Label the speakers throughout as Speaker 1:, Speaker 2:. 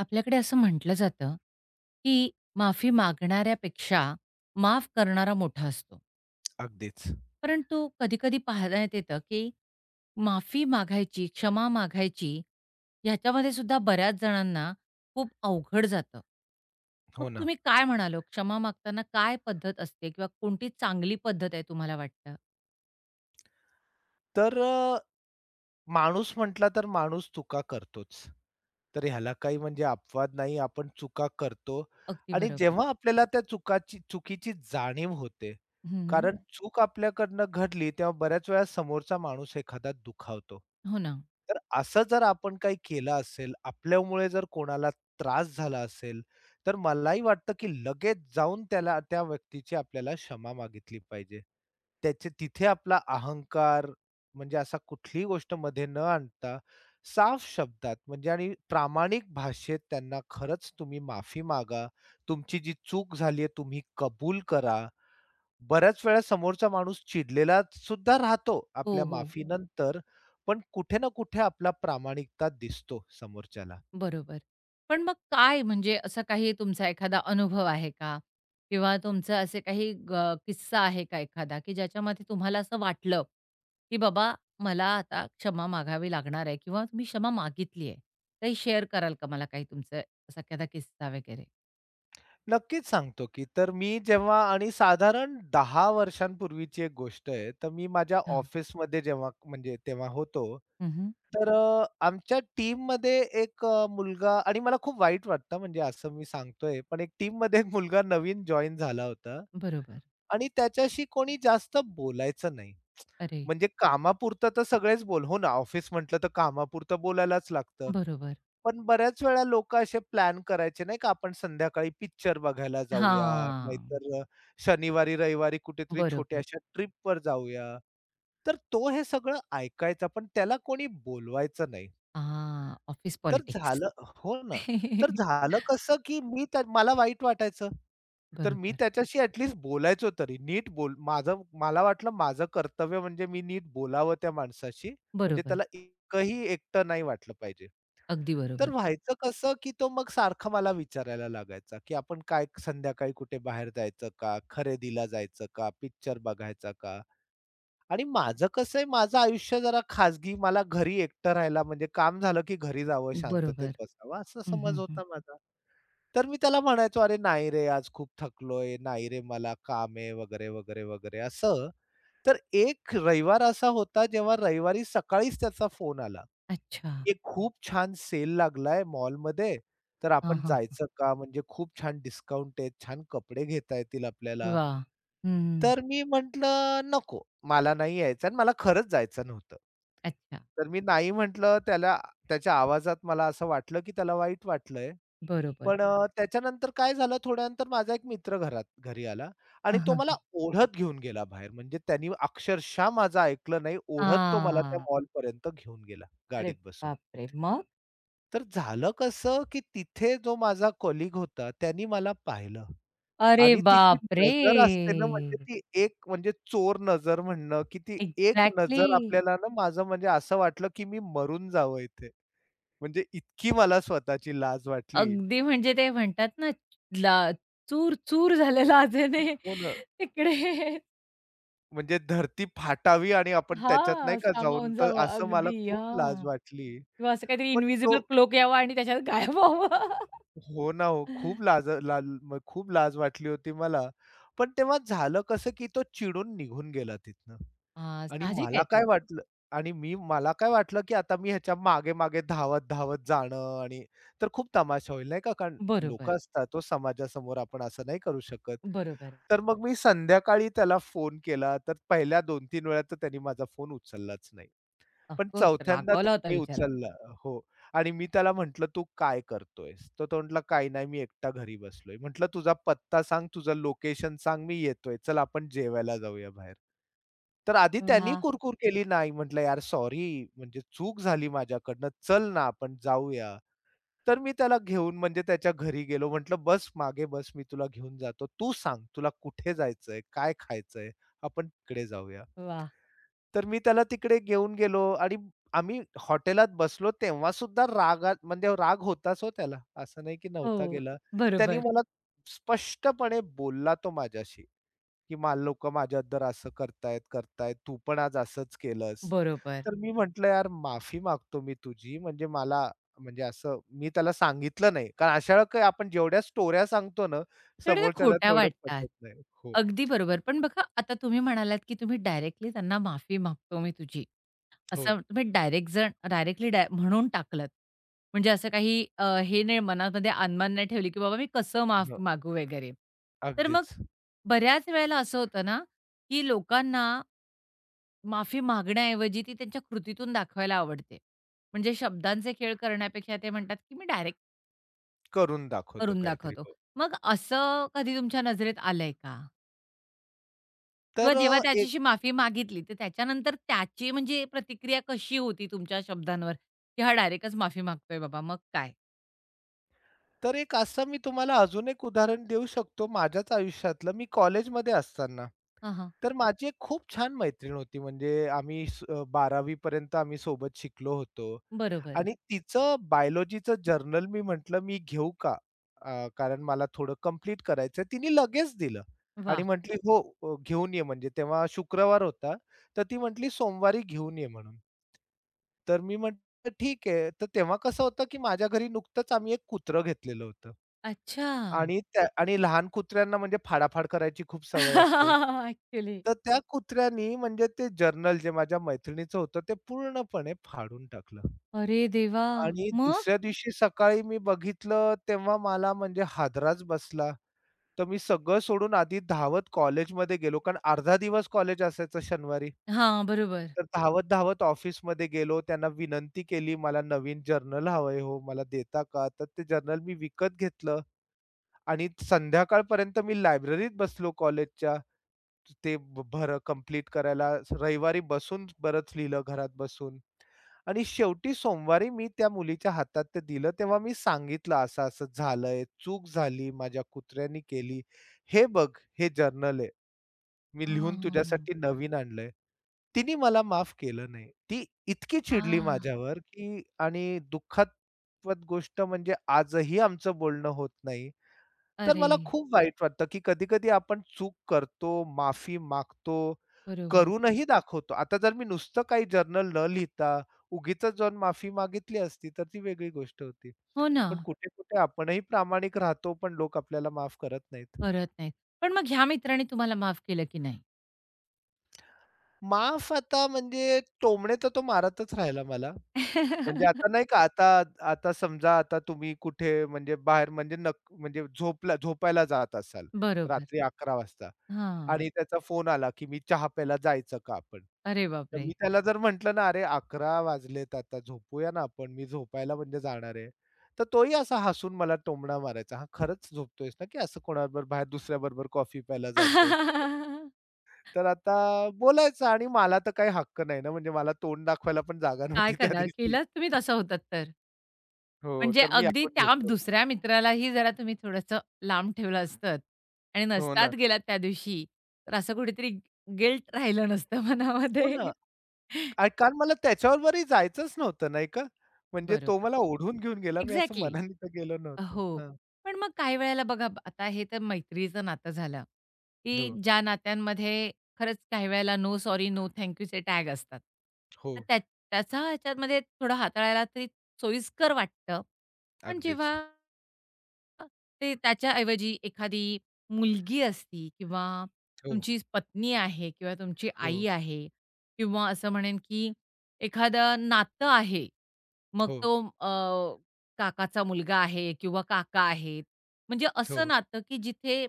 Speaker 1: आपल्याकडे असं म्हटलं जातं, की माफी मागणाऱ्यापेक्षा माफ करणारा मोठा असतो.
Speaker 2: अगदीच.
Speaker 1: परंतु कधी-कधी पाहण्यात येतं, की माफी मागायची, क्षमा मागायची ह्याच्यामध्ये सुद्धा बऱ्याच जणांना खूप अवघड जातं. मग
Speaker 2: हो ना.
Speaker 1: तुम्ही काय म्हणाल क्षमा मागताना काय पद्धत असते किंवा कोणती चांगली पद्धत आहे तुम्हाला वाटतं?
Speaker 2: तर अ, माणूस म्हटला तर माणूस चुका करतोच. तर ह्याला काही म्हणजे अपवाद नाही. आपण चुका करतो
Speaker 1: अगदी
Speaker 2: आणि
Speaker 1: बरोबर.
Speaker 2: जेव्हा आपल्याला त्या चुकाची चुकीची जाणीव होते,
Speaker 1: हं,
Speaker 2: कारण चूक आपल्याकडनं घडली तेव्हा बऱ्याच वेळा समोरचा माणूस एखादा दुखावतो.
Speaker 1: हो ना.
Speaker 2: तर असं जर आपण काही केलं असेल, आपल्यामुळे जर कोणाला त्रास झाला असेल, तर मलाही वाटतं की लगेच जाऊन त्याला त्या व्यक्तीची आपल्याला क्षमा मागितली पाहिजे. त्याचे तिथे आपला अहंकार म्हणजे असा कुठलीही गोष्ट मध्ये न आणता साफ शब्दात म्हणजे आणि प्रामाणिक भाषेत त्यांना खरंच तुम्ही माफी मागा. तुमची जी चूक झालीये तुम्ही कबूल करा. बऱ्याच वेळा समोरचा माणूस चिडलेला सुद्धा राहतो
Speaker 1: हो,
Speaker 2: आपल्या
Speaker 1: हो.
Speaker 2: माफीनंतर, पण कुठे ना कुठे आपला प्रामाणिकता दिसतो समोरच्याला.
Speaker 1: बरोबर. पण मग काय म्हणजे असा काही तुमचा एखादा अनुभव आहे का? किंवा तुमचं असे काही ग किस्सा आहे का एखादा, की ज्याच्यामध्ये तुम्हाला असं वाटलं, की बाबा मला आता क्षमा मागावी लागणार आहे किंवा तुम्ही क्षमा मागितली आहे. काही शेअर कराल का मला काही तुमचं असा एखादा किस्सा वगैरे?
Speaker 2: नक्कीच सांगतो की तर मी जेव्हा आणि साधारण 10 वर्षांपूर्वीची एक गोष्ट आहे. तर मी माझ्या
Speaker 1: हां.
Speaker 2: ऑफिसमध्ये जेव्हा म्हणजे तेव्हा होतो.
Speaker 1: हं,
Speaker 2: आमच्या टीममध्ये एक मुलगा आणि मला खूप वाईट वाटतं म्हणजे असं मी सांगतोय, पण एक टीममध्ये एक मुलगा नवीन जॉइन झाला होता
Speaker 1: बरोबर.
Speaker 2: आणि त्याच्याशी कोणी जास्त बोलायचं नाही.
Speaker 1: अरे!
Speaker 2: म्हणजे कामापुरतं तर सगळेच बोल हो ना, ऑफिस म्हटलं तर कामापुरतं बोलायलाच लागतं.
Speaker 1: बरोबर.
Speaker 2: पण बऱ्याच वेळा लोकं असे प्लॅन करायचे नाही का, आपण संध्याकाळी पिक्चर बघायला जाऊया,
Speaker 1: हां.
Speaker 2: नाहीतर शनिवारी, रविवारी कुठेतरी
Speaker 1: बरोबर.
Speaker 2: छोट्याशा ट्रिपवर जाऊया. तर तो हे सगळं ऐकायचा, पण त्याला कोणी बोलवायचं नाही.
Speaker 1: हां. ऑफिस
Speaker 2: तर
Speaker 1: पॉलिटिक्स.
Speaker 2: झालं हो ना. तर झालं कसं, की मी त्या मला वाईट वाटायचं. तर मी
Speaker 1: बरोबर.
Speaker 2: त्याच्याशी ॲट लिस्ट बोलायचो तरी. नीट बोल माझं मला वाटलं माझं कर्तव्य म्हणजे मी नीट बोलावं त्या माणसाशी. म्हणजे
Speaker 1: बरोबर.
Speaker 2: त्याला इतकंही एकटं नाही वाटलं पाहिजे.
Speaker 1: अगदी
Speaker 2: तर
Speaker 1: बरोबर.
Speaker 2: व्हायचं कसं, की तो मग सारखं मला विचारायला लागायचा, की आपण काय संध्याकाळी कुठे बाहेर जायचं का? खरेदीला जायचं का? पिक्चर बघायचा का? आणि माझं कसं आहे, माझं आयुष्य जरा खाजगी, मला घरी एकटं राहायला म्हणजे काम झालं की घरी जावं, शांततेत
Speaker 1: बरोबर.
Speaker 2: बसावं असा
Speaker 1: हं, हं,
Speaker 2: समज
Speaker 1: हं.
Speaker 2: होता माझा. तर मी त्याला म्हणायचो, "अरे नाही रे, आज खूप थकलोय. नाही रे, मला काम आहे," वगैरे, वगैरे, वगैरे असं. तर एक रविवार असा होता, जेव्हा रविवारी सकाळीच त्याचा फोन आला,
Speaker 1: अच्छा.
Speaker 2: की "खूप छान सेल लागलाय मॉलमध्ये, तर
Speaker 1: हां,
Speaker 2: आपण
Speaker 1: हां.
Speaker 2: जायचं का? म्हणजे खूप छान डिस्काउंट आहे, छान कपडे घेता येतील आपल्याला."
Speaker 1: वाह! हं,
Speaker 2: तर मी म्हटलं, "नको, मला नाही यायचं" आणि मला खरंच जायचं नव्हतं.
Speaker 1: अच्छा.
Speaker 2: तर मी नाही म्हटलं त्याला त्याच्या आवाजात मला असं वाटलं, की त्याला वाईट वाटलंय.
Speaker 1: बरोबर.
Speaker 2: पण त्याच्यानंतर काय झालं थोड्यानंतर माझा एक मित्र घरी आला आणि
Speaker 1: हां,
Speaker 2: तो
Speaker 1: हां.
Speaker 2: मला ओढत घेऊन गेला बाहेर. म्हणजे त्यांनी अक्षरशः माझं ऐकलं नाही. ओढत तो मला त्या
Speaker 1: हां.
Speaker 2: मॉलपर्यंत घेऊन गेला
Speaker 1: अरे
Speaker 2: गाडीत बसून.
Speaker 1: बापरे! मग?
Speaker 2: तर झालं कसं, की तिथे जो माझा कलीग होता, त्यानी मला पाहिलं.
Speaker 1: अरे
Speaker 2: आणि तिची
Speaker 1: बापरे!
Speaker 2: नजर असते ना, म्हणजे ती एक म्हणजे चोर नजर म्हणणं, की ती एक
Speaker 1: एक्झॅक्टली.
Speaker 2: नजर आपल्याला ना माझं म्हणजे असं वाटलं, की मी मरून जावं इथे. म्हणजे इतकी मला स्वतःची लाज वाटली.
Speaker 1: अगदी म्हणजे ते म्हणतात ना, ला चूर-चूर झालेला अजूनही
Speaker 2: हो ना.
Speaker 1: तिकडे
Speaker 2: म्हणजे धरती फाटावी आणि आपण त्याच्यात नाही
Speaker 1: हां,
Speaker 2: का जाऊन
Speaker 1: सामावून
Speaker 2: तर
Speaker 1: जावं.
Speaker 2: असं मला
Speaker 1: अगदी
Speaker 2: खूप लाज
Speaker 1: हां.
Speaker 2: वाटली.
Speaker 1: किंवा असं काहीतरी
Speaker 2: पण तो
Speaker 1: इन्व्हिजिबल क्लोक यावा आणि त्याच्यात गायब व्हावं.
Speaker 2: हो ना, हो. खूप लाज वाटली होती मला. पण तेव्हा झालं कसं, की तो चिडून निघून गेला तिथनं.
Speaker 1: हां,
Speaker 2: आणि
Speaker 1: साहजिक
Speaker 2: मला
Speaker 1: आहे
Speaker 2: काय
Speaker 1: ते.
Speaker 2: वाटलं आणि मला काय वाटलं, की आता मी ह्याच्या मागे-मागे धावत-धावत जाणं आणि तर खूप तमाशा होईल नाही का, कारण
Speaker 1: बरोबर,
Speaker 2: लोकं असतात तो समाजासमोर आपण असं नाही करू शकत.
Speaker 1: बरोबर,
Speaker 2: तर मग मी संध्याकाळी त्याला फोन केला, तर पहिल्या 2 तीन वेळा तर त्यांनी माझा फोन उचललाच नाही.
Speaker 1: ऑफ
Speaker 2: पण
Speaker 1: कोर्स
Speaker 2: चौथ्यांदा
Speaker 1: रागावला होता
Speaker 2: त्यांनी
Speaker 1: बिचारा तो.
Speaker 2: उचलला हो आणि मी त्याला म्हटलं, "तू काय करतोयस?" तर तो म्हटला, "काही नाही, मी एकटा घरी बसलोय." म्हटलं, "तुझा पत्ता सांग, तुझं लोकेशन सांग, मी येतोय. चल आपण जेवायला जाऊया बाहेर." तर आधी त्यांनी
Speaker 1: वाह!
Speaker 2: कुरकूर केली, "नाही." म्हटलं, "यार सॉरी, म्हणजे चूक झाली माझ्याकडनं. चल ना, आपण जाऊया." तर मी त्याला घेऊन म्हणजे त्याच्या घरी गेलो. म्हटलं, "बस मागे बस, मी तुला घेऊन जातो. तू सांग, तुला कुठे जायचंय? काय खायचंय? आपण तिकडे जाऊया."
Speaker 1: वाह!
Speaker 2: तर मी त्याला तिकडे घेऊन गेलो आणि आम्ही हॉटेलात बसलो तेव्हा सुद्धा रागात म्हणजे राग होताच हो त्याला, असं नाही की नव्हता
Speaker 1: हो,
Speaker 2: गेला. त्यांनी
Speaker 1: बरोबर.
Speaker 2: मला स्पष्टपणे बोलला तो माझ्याशी, की "मला लोकं माझ्यावर असं करतायत. तू पण आज असंच केलंस."
Speaker 1: बरोबर.
Speaker 2: तर मी म्हटलं, "यार माफी मागतो मी तुझी." म्हणजे मला म्हणजे असं मी त्याला सांगितलं नाही. कारण अशा वेळेला काय आपण जेवढ्या स्टोऱ्या सांगतो ना,
Speaker 1: थोड्या त्या
Speaker 2: समोरच्याला
Speaker 1: खोट्या
Speaker 2: तेवढं
Speaker 1: वाटतात.
Speaker 2: पटत नाही. हो,
Speaker 1: अगदी बरोबर. पण बघा आता तुम्ही म्हणालात, की तुम्ही डायरेक्टली त्यांना माफी मागतो मी तुझी.
Speaker 2: हो.
Speaker 1: असं तुम्ही डायरेक्ट जण डायरेक्टली डाय म्हणून टाकलत. म्हणजे असं काही हे नाही मनामध्ये अनमान नाही ठेवली, की बाबा मी कसं माफी
Speaker 2: हो,
Speaker 1: मागू वगैरे. तर मग
Speaker 2: अगदीच.
Speaker 1: बऱ्याच वेळेला असं होतं ना, की लोकांना माफी मागण्याऐवजी ती त्यांच्या कृतीतून दाखवायला आवडते. म्हणजे शब्दांचे खेळ करण्यापेक्षा ते म्हणतात, की मी डायरेक्ट
Speaker 2: करून दाखवतो
Speaker 1: करून
Speaker 2: काहीतरी.
Speaker 1: दाखवतो.
Speaker 2: हो.
Speaker 1: मग असं कधी तुमच्या नजरेत आलंय का? किंवा
Speaker 2: तर अ,
Speaker 1: जेव्हा
Speaker 2: एक
Speaker 1: त्याच्याशी माफी मागितली, तर त्याच्यानंतर त्याची म्हणजे प्रतिक्रिया कशी होती तुमच्या शब्दांवर, की हा डायरेक्टच माफी मागतोय बाबा, मग काय?
Speaker 2: तर एक असं मी तुम्हाला अजून एक उदाहरण देऊ शकतो माझ्याच आयुष्यातलं. मी कॉलेजमध्ये असताना,
Speaker 1: हां, हां.
Speaker 2: तर माझी एक खूप छान मैत्रीण होती. म्हणजे आम्ही स 12वी पर्यंत आम्ही सोबत शिकलो होतो.
Speaker 1: बरोबर.
Speaker 2: आणि तिचं बायोलॉजीचं जर्नल मी म्हटलं, "मी घेऊ का?" कारण मला थोडं कंप्लीट करायचंय. तिने लगेच दिलं आणि
Speaker 1: वाह!
Speaker 2: म्हटली, "हो, घेऊन ये." म्हणजे तेव्हा शुक्रवार होता, तर ती म्हटली, "सोमवारी घेऊन ये" म्हणून. तर मी म्हटलं, "ठीक आहे." तर तेव्हा कसं होतं, की माझ्या घरी नुकतंच आम्ही एक कुत्रं घेतलेलं होतं.
Speaker 1: अच्छा.
Speaker 2: आणि लहान कुत्र्यांना म्हणजे फाडाफाड करायची खूप सवय असते.
Speaker 1: ॲक्चुअली.
Speaker 2: तर त्या कुत्र्यानी म्हणजे ते जर्नल जे माझ्या मैत्रिणीचं होतं, ते पूर्णपणे फाडून टाकलं.
Speaker 1: अरे देवा!
Speaker 2: आणि
Speaker 1: मग?
Speaker 2: दुसऱ्या दिवशी सकाळी मी बघितलं तेव्हा मला म्हणजे हादराच बसला. तर मी सगळं सोडून आधी धावत कॉलेजमध्ये गेलो. कारण अर्धा दिवस कॉलेज असायचं शनिवारी.
Speaker 1: हां, बरोबर.
Speaker 2: तर धावत-धावत ऑफिसमध्ये गेलो. त्यांना विनंती केली, "मला नवीन जर्नल हवंय हो, मला देता का?" तर ते जर्नल मी विकत घेतलं आणि संध्याकाळपर्यंत मी लायब्ररीत बसलो कॉलेजच्या. ते भर कंप्लीट करायला रविवारी बसून बरंच लिहिलं घरात बसून. आणि शेवटी सोमवारी मी त्या मुलीच्या हातात ते दिलं तेव्हा मी सांगितलं असं-असं झालंय, चूक झाली, माझ्या कुत्र्यानी केली. हे बघ, हे जर्नल आहे. मी लिहून
Speaker 1: हां.
Speaker 2: तुझ्यासाठी नवीन आणलंय. तिने मला माफ केलं नाही. ती इतकी चिडली
Speaker 1: आह!
Speaker 2: माझ्यावर, की आणि दुःखास्पद गोष्ट म्हणजे आजही आमचं बोलणं होत नाही. तर
Speaker 1: अरे!
Speaker 2: मला खूप वाईट वाटतं, की कधी-कधी आपण चूक करतो, माफी मागतो,
Speaker 1: बरोबर.
Speaker 2: करूनही दाखवतो. आता जर मी नुसतं काही जर्नल न लिहिता उगीचच जाऊन माफी मागितली असती, तर ती वेगळी गोष्ट होती.
Speaker 1: हो ना.
Speaker 2: पण कुठे-कुठे आपणही प्रामाणिक राहतो, पण लोक आपल्याला माफ करत नाहीत.
Speaker 1: करत नाहीत. पण मग ह्या मित्राने तुम्हाला माफ केलं की नाही?
Speaker 2: माफ आता म्हणजे टोमणे तर तो मारतच राहिला मला. म्हणजे आता नाही का आता आता समजा आता तुम्ही कुठे म्हणजे बाहेर म्हणजे म्हणजे झोपायला जात असाल
Speaker 1: बरोबर.
Speaker 2: रात्री 11 वाजता
Speaker 1: हां.
Speaker 2: आणि त्याचा फोन आला, की "मी चहा प्यायला जायचं का आपण?"
Speaker 1: अरे
Speaker 2: तर
Speaker 1: बापरे!
Speaker 2: मी त्याला जर म्हटलं ना, "अरे 11 वाजलेत आता झोपूया ना आपण, मी झोपायला म्हणजे जाणार आहे." तर तोही असा हसून मला टोमणा मारायचा, "हां, खरंच झोपतोयस ना, की असं कोणाबरोबर बाहेर दुसऱ्याबरोबर कॉफी प्यायला जातोयस?" तर आता बोलायचं आणि मला तर काही हक्क नाही ना, म्हणजे मला तोंड दाखवायला पण जागा
Speaker 1: काय
Speaker 2: नव्हती त्या
Speaker 1: करणार?
Speaker 2: दिवशी.
Speaker 1: केलाच तुम्ही तसं होतात तर.
Speaker 2: हो,
Speaker 1: म्हणजे
Speaker 2: तर मी
Speaker 1: अगदी
Speaker 2: ऐकून
Speaker 1: त्या
Speaker 2: घेतो.
Speaker 1: दुसऱ्या मित्रालाही जरा तुम्ही थोडंसं लांब ठेवलं असतं आणि
Speaker 2: हो ना.
Speaker 1: नसतात गेलात त्या दिवशी, तर असं कुठेतरी गिल्ट राहिलं नसतं
Speaker 2: हो ना.
Speaker 1: मनामध्ये.
Speaker 2: कारण मला त्याच्यावरही जायचंच नव्हतं नाही का. म्हणजे तो
Speaker 1: बरोबर.
Speaker 2: मला ओढून घेऊन गेला. मी असं
Speaker 1: एक्झॅक्टली.
Speaker 2: मनाने तर गेलो नव्हतो.
Speaker 1: हो.
Speaker 2: हां.
Speaker 1: पण मग काही वेळेला बघा, ब- आता हे तर मैत्रीचं नातं झालं, की
Speaker 2: हो,
Speaker 1: ज्या नात्यांमध्ये खरंच काही वेळेला नो सॉरी, नो थँक यूचे टॅग असतात.
Speaker 2: हो.
Speaker 1: तर त्याचा ह्याच्यामध्ये थोडं हाताळायला तरी सोयीस्कर वाटतं. पण
Speaker 2: अगदीच.
Speaker 1: जेव्हा अ, ते त्याच्याऐवजी एखादी मुलगी असती किंवा
Speaker 2: हो,
Speaker 1: तुमची पत्नी आहे किंवा तुमची
Speaker 2: हो,
Speaker 1: आई आहे किंवा असं म्हणेन, की एखादं नातं आहे. मग
Speaker 2: हो,
Speaker 1: तो काकाचा मुलगा आहे किंवा काका आहेत. म्हणजे असं
Speaker 2: हो.
Speaker 1: नातं, की जिथे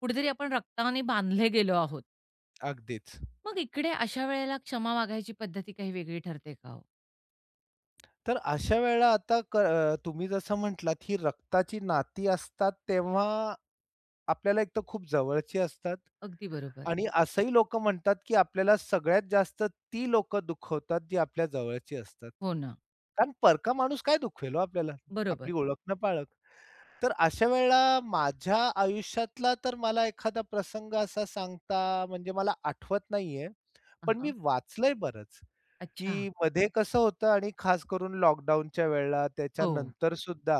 Speaker 1: कुठेतरी आपण रक्ताने बांधले गेलो आहोत.
Speaker 2: अगदीच.
Speaker 1: मग इकडे अशा वेळेला क्षमा मागायची पद्धती काही वेगळी ठरते का हो?
Speaker 2: तर अशा वेळेला आता तुम्ही जसं म्हटलात, ही रक्ताची नाती असतात तेव्हा आपल्याला एक तर खूप जवळची असतात.
Speaker 1: अगदी बरोबर.
Speaker 2: आणि असंही लोक म्हणतात, की आपल्याला सगळ्यात जास्त ती लोकं दुखवतात, जी आपल्या जवळची असतात.
Speaker 1: हो ना.
Speaker 2: कारण परका माणूस काय दुखवेल हो आपल्याला? आपली
Speaker 1: बरोबर.
Speaker 2: ओळख न पाळख. तर अशा वेळेला माझ्या आयुष्यातला तर मला एखादा प्रसंग असा सांगता म्हणजे मला आठवत नाहीये. पण मी
Speaker 1: आ
Speaker 2: वाचलंय बरंच,
Speaker 1: अच्छा.
Speaker 2: की मध्ये कसं होतं आणि खास करून लॉकडाऊनच्या वेळेला
Speaker 1: हो.
Speaker 2: त्याच्यानंतर सुद्धा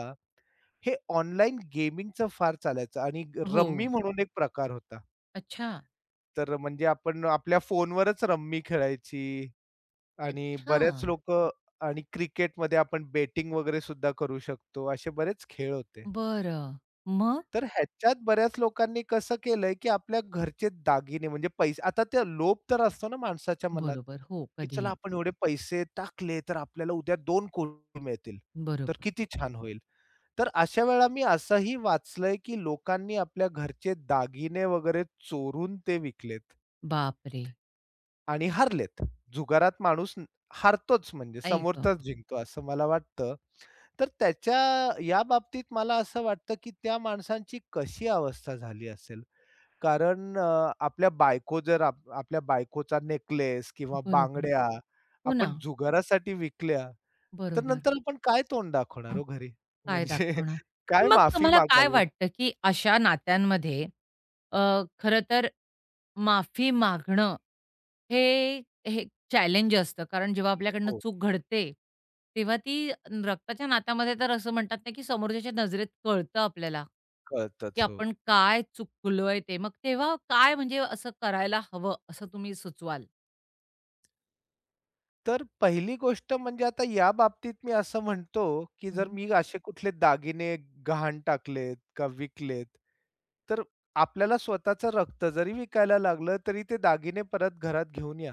Speaker 2: हे ऑनलाईन गेमिंगचं फार चालायचं आणि
Speaker 1: हो.
Speaker 2: रम्मी म्हणून एक प्रकार होता.
Speaker 1: अच्छा.
Speaker 2: तर म्हणजे आपण आपल्या फोनवरच रम्मी खेळायची आणि
Speaker 1: अच्छा.
Speaker 2: बऱ्याच लोकं आणि क्रिकेटमध्ये आपण बेटिंग वगैरे सुद्धा करू शकतो. असे बरेच खेळ होते.
Speaker 1: बरं. मग?
Speaker 2: तर ह्याच्यात बऱ्याच लोकांनी कसं केलंय, की आपल्या घरचे दागिने म्हणजे पैसे आता ते लोभ तर असतो ना माणसाच्या मनात,
Speaker 1: बरोबर. हो,
Speaker 2: की चला
Speaker 1: कधीही.
Speaker 2: आपण एवढे पैसे टाकले, तर आपल्याला उद्या 2 कोटी मिळतील. तर
Speaker 1: बरोबर.
Speaker 2: किती छान होईल. तर अशा वेळा मी असंही वाचलंय, की लोकांनी आपल्या घरचे दागिने वगैरे चोरून ते विकलेत.
Speaker 1: बापरे!
Speaker 2: आणि हारलेत. जुगारात माणूस न हारतोच म्हणजे
Speaker 1: आई
Speaker 2: समोरचाच जिंकतो असं मला वाटतं. तर त्याच्या या बाबतीत मला असं वाटतं, की त्या माणसांची कशी अवस्था झाली असेल? कारण आपल्या बायको जर आप आपल्या बायकोचा नेकलेस किंवा
Speaker 1: बरोबर.
Speaker 2: बांगड्या
Speaker 1: हो ना.
Speaker 2: आपण जुगारासाठी विकल्या, तर
Speaker 1: बरोबर.
Speaker 2: नंतर आपण काय तोंड दाखवणार हो घरी?
Speaker 1: काय
Speaker 2: म्हणजे
Speaker 1: दाखवणार? पण
Speaker 2: काय
Speaker 1: मग
Speaker 2: माफी
Speaker 1: तुम्हाला काय
Speaker 2: मागावी?
Speaker 1: वाटतं, की अशा नात्यांमध्ये खरं तर माफी मागणं हे हे चॅलेंज असतं. कारण जेव्हा आपल्याकडनं
Speaker 2: हो,
Speaker 1: चूक घडते, तेव्हा ती रक्ताच्या नात्यामध्ये तर असं म्हणतात ना, की समोरच्याच्या नजरेत कळतं आपल्याला, की
Speaker 2: कळतच. हो.
Speaker 1: आपण काय चुकलोय ते. मग तेव्हा काय म्हणजे असं करायला हवं असं तुम्ही सुचवाल?
Speaker 2: तर पहिली गोष्ट म्हणजे आता या बाबतीत मी असं म्हणतो, की जर
Speaker 1: हं,
Speaker 2: मी असे कुठले दागिने गहाण टाकलेत का विकलेत, तर आपल्याला स्वतःचं रक्त जरी विकायला लागलं, तरी ते दागिने परत घरात घेऊन या.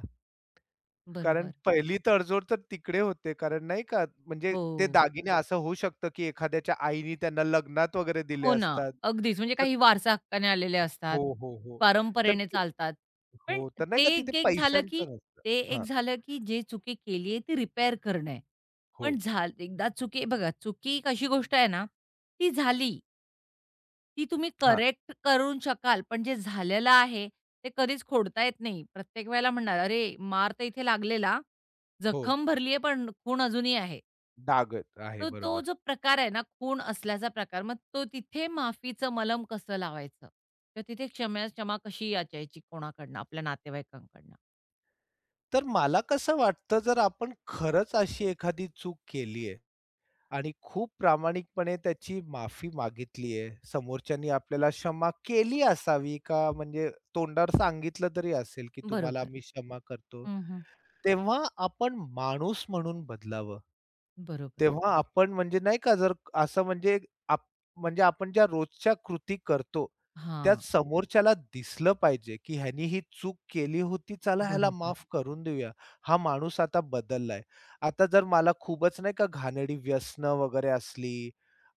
Speaker 2: कारण
Speaker 1: बरोबर.
Speaker 2: पहिली तडजोड तर तिकडे होते. कारण नाही का म्हणजे
Speaker 1: हो.
Speaker 2: ते दागिने असं होऊ शकतं, की एखाद्याच्या आईने त्यांना लग्नात वगैरे दिले
Speaker 1: हो ना,
Speaker 2: असतात.
Speaker 1: अगदीच. म्हणजे
Speaker 2: तर
Speaker 1: काही वारसा हक्काने आलेले असतात,
Speaker 2: हो, हो, हो. तर
Speaker 1: परंपरेने चालतात.
Speaker 2: हो,
Speaker 1: पण
Speaker 2: तर नाही
Speaker 1: ते
Speaker 2: का तिथे
Speaker 1: एक एक झालं, की
Speaker 2: पैशांचं नसतं.
Speaker 1: ते
Speaker 2: हां.
Speaker 1: एक झालं, की जे चुकी केली आहे ती रिपेअर करणं आहे.
Speaker 2: हो.
Speaker 1: पण झाल एकदा चुकी बघा, चुकी एक अशी गोष्ट आहे ना, ती झाली. ती तुम्ही
Speaker 2: हां.
Speaker 1: करेक्ट करून शकाल, पण जे झालेलं आहे ते कधीच खोडता येत नाही. प्रत्येक वेळेला म्हणणार, "अरे, मार तर इथे लागलेला,
Speaker 2: हो.
Speaker 1: जखम भरली आहे, पण खूण अजूनही आहे."
Speaker 2: डागत आहे,
Speaker 1: तर तो
Speaker 2: बरोबर.
Speaker 1: जो प्रकार आहे ना, खूण असल्याचा प्रकार, मग तो तिथे माफीचं मलम कसं लावायचं? किंवा तिथे क्षमा क्षमा कशी याचायची कोणाकडनं? आपल्या नातेवाईकांकडनं.
Speaker 2: तर मला कसं वाटतं, जर आपण खरंच अशी एखादी चूक केली आहे आणि खूप प्रामाणिकपणे त्याची माफी मागितली आहे, समोरच्यानी आपल्याला क्षमा केली असावी का म्हणजे तोंडावर सांगितलं तरी असेल, की तुम्हाला
Speaker 1: बरोबर.
Speaker 2: मी क्षमा करतो.
Speaker 1: हं, हं.
Speaker 2: तेव्हा आपण माणूस म्हणून बदलावं.
Speaker 1: बरोबर.
Speaker 2: तेव्हा आपण म्हणजे नाही का जर असं म्हणजे आप म्हणजे आपण ज्या रोजच्या कृती करतो,
Speaker 1: हां.
Speaker 2: त्यात समोरच्याला दिसलं पाहिजे, की ह्यानी ही चूक केली होती. चला ह्याला
Speaker 1: बरोबर,
Speaker 2: माफ करून देऊया. हा माणूस आता बदललाय. आता जर मला खूपच नाही का घाणेरडी व्यसनं वगैरे असली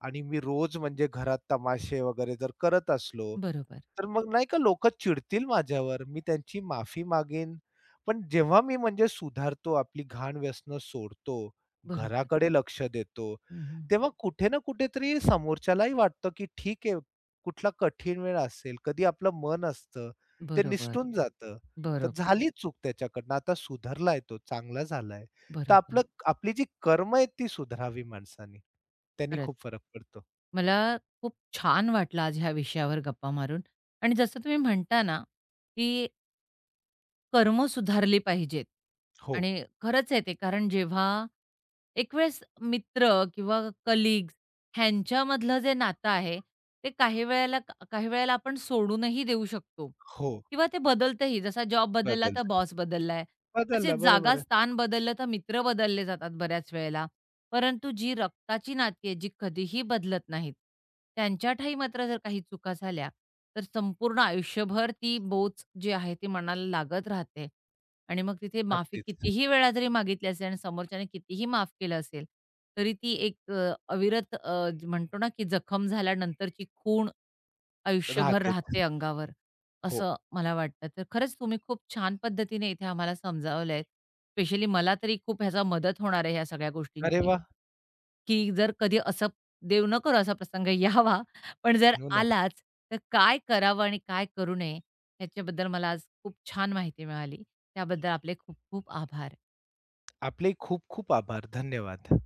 Speaker 2: आणि मी रोज म्हणजे घरात तमाशे वगैरे जर करत असलो,
Speaker 1: बरोबर,
Speaker 2: तर मग नाही का लोकं चिडतील माझ्यावर. मी त्यांची माफी मागेन. पण जेव्हा मी म्हणजे सुधारतो, आपली घाण व्यसनं सोडतो,
Speaker 1: बरोबर.
Speaker 2: घराकडे लक्ष देतो,
Speaker 1: हं,
Speaker 2: तेव्हा कुठे ना कुठेतरी समोरच्यालाही वाटतं, की ठीक आहे, कुठला कठीण वेळ असेल, कधी आपलं मन असतं, ते
Speaker 1: बरोबर,
Speaker 2: निसटून जातं. तर
Speaker 1: बरोबर,
Speaker 2: झाली चूक त्याच्याकडनं, आता सुधारलाय तो, चांगला झालाय. तर
Speaker 1: बरोबर.
Speaker 2: आपली जी कर्म आहेत ती सुधारावी माणसाने. त्यांनी
Speaker 1: खरंच.
Speaker 2: खूप फरक पडतो.
Speaker 1: मला खूप छान वाटलं आज ह्या विषयावर गप्पा मारून आणि जसं तुम्ही म्हणता ना, की कर्म सुधारली पाहिजेत
Speaker 2: हो,
Speaker 1: आणि खरंच आहे ते. कारण जेव्हा एक वेळेस मित्र किंवा कलीग्स ह्यांच्यामधलं जे नातं आहे, ते काही वेळेला आपण सोडूनही देऊ शकतो
Speaker 2: हो.
Speaker 1: किंवा ते बदलतंही. जसा जॉब बदलला तर
Speaker 2: बदलते.
Speaker 1: बॉस बदललाय.
Speaker 2: बदलला,
Speaker 1: तसेच
Speaker 2: बरोबर
Speaker 1: जागा
Speaker 2: आहे.
Speaker 1: स्थान बदललं तर मित्र बदलले जातात बऱ्याच वेळेला. परंतु जी रक्ताची नाती आहेत, जी कधीही बदलत नाहीत, त्यांच्या ठायी मात्र जर काही चुका झाल्या, तर संपूर्ण आयुष्यभर ती बोच जी आहे ती मनाला लागत राहते. आणि मग तिथे माफी
Speaker 2: अगदीच.
Speaker 1: कितीही वेळा जरी मागितली असेल आणि समोरच्याने कितीही माफ केलं असेल, तरी ती एक अविरत ज- म्हणतो ना, की जखम झाल्यानंतरची खूण आयुष्यभर
Speaker 2: राहतेच.
Speaker 1: राहते अंगावर,
Speaker 2: हो.
Speaker 1: असं मला वाटतं. तर खरंच तुम्ही खूप छान पद्धतीने इथे आम्हाला समजावलंय. स्पेशली मला तरी खूप ह्याचा मदत होणार आहे ह्या सगळ्या
Speaker 2: अरे
Speaker 1: गोष्टींची.
Speaker 2: वाह!
Speaker 1: की जर कधी असं देव न करो असा प्रसंग यावा, पण जर
Speaker 2: हो ना.
Speaker 1: आलाच, तर काय करावं आणि काय करू नये, याच्याबद्दल मला आज खूप छान माहिती मिळाली. त्याबद्दल आपले खूप खूप आभार.
Speaker 2: आपले खूप खूप आभार. धन्यवाद.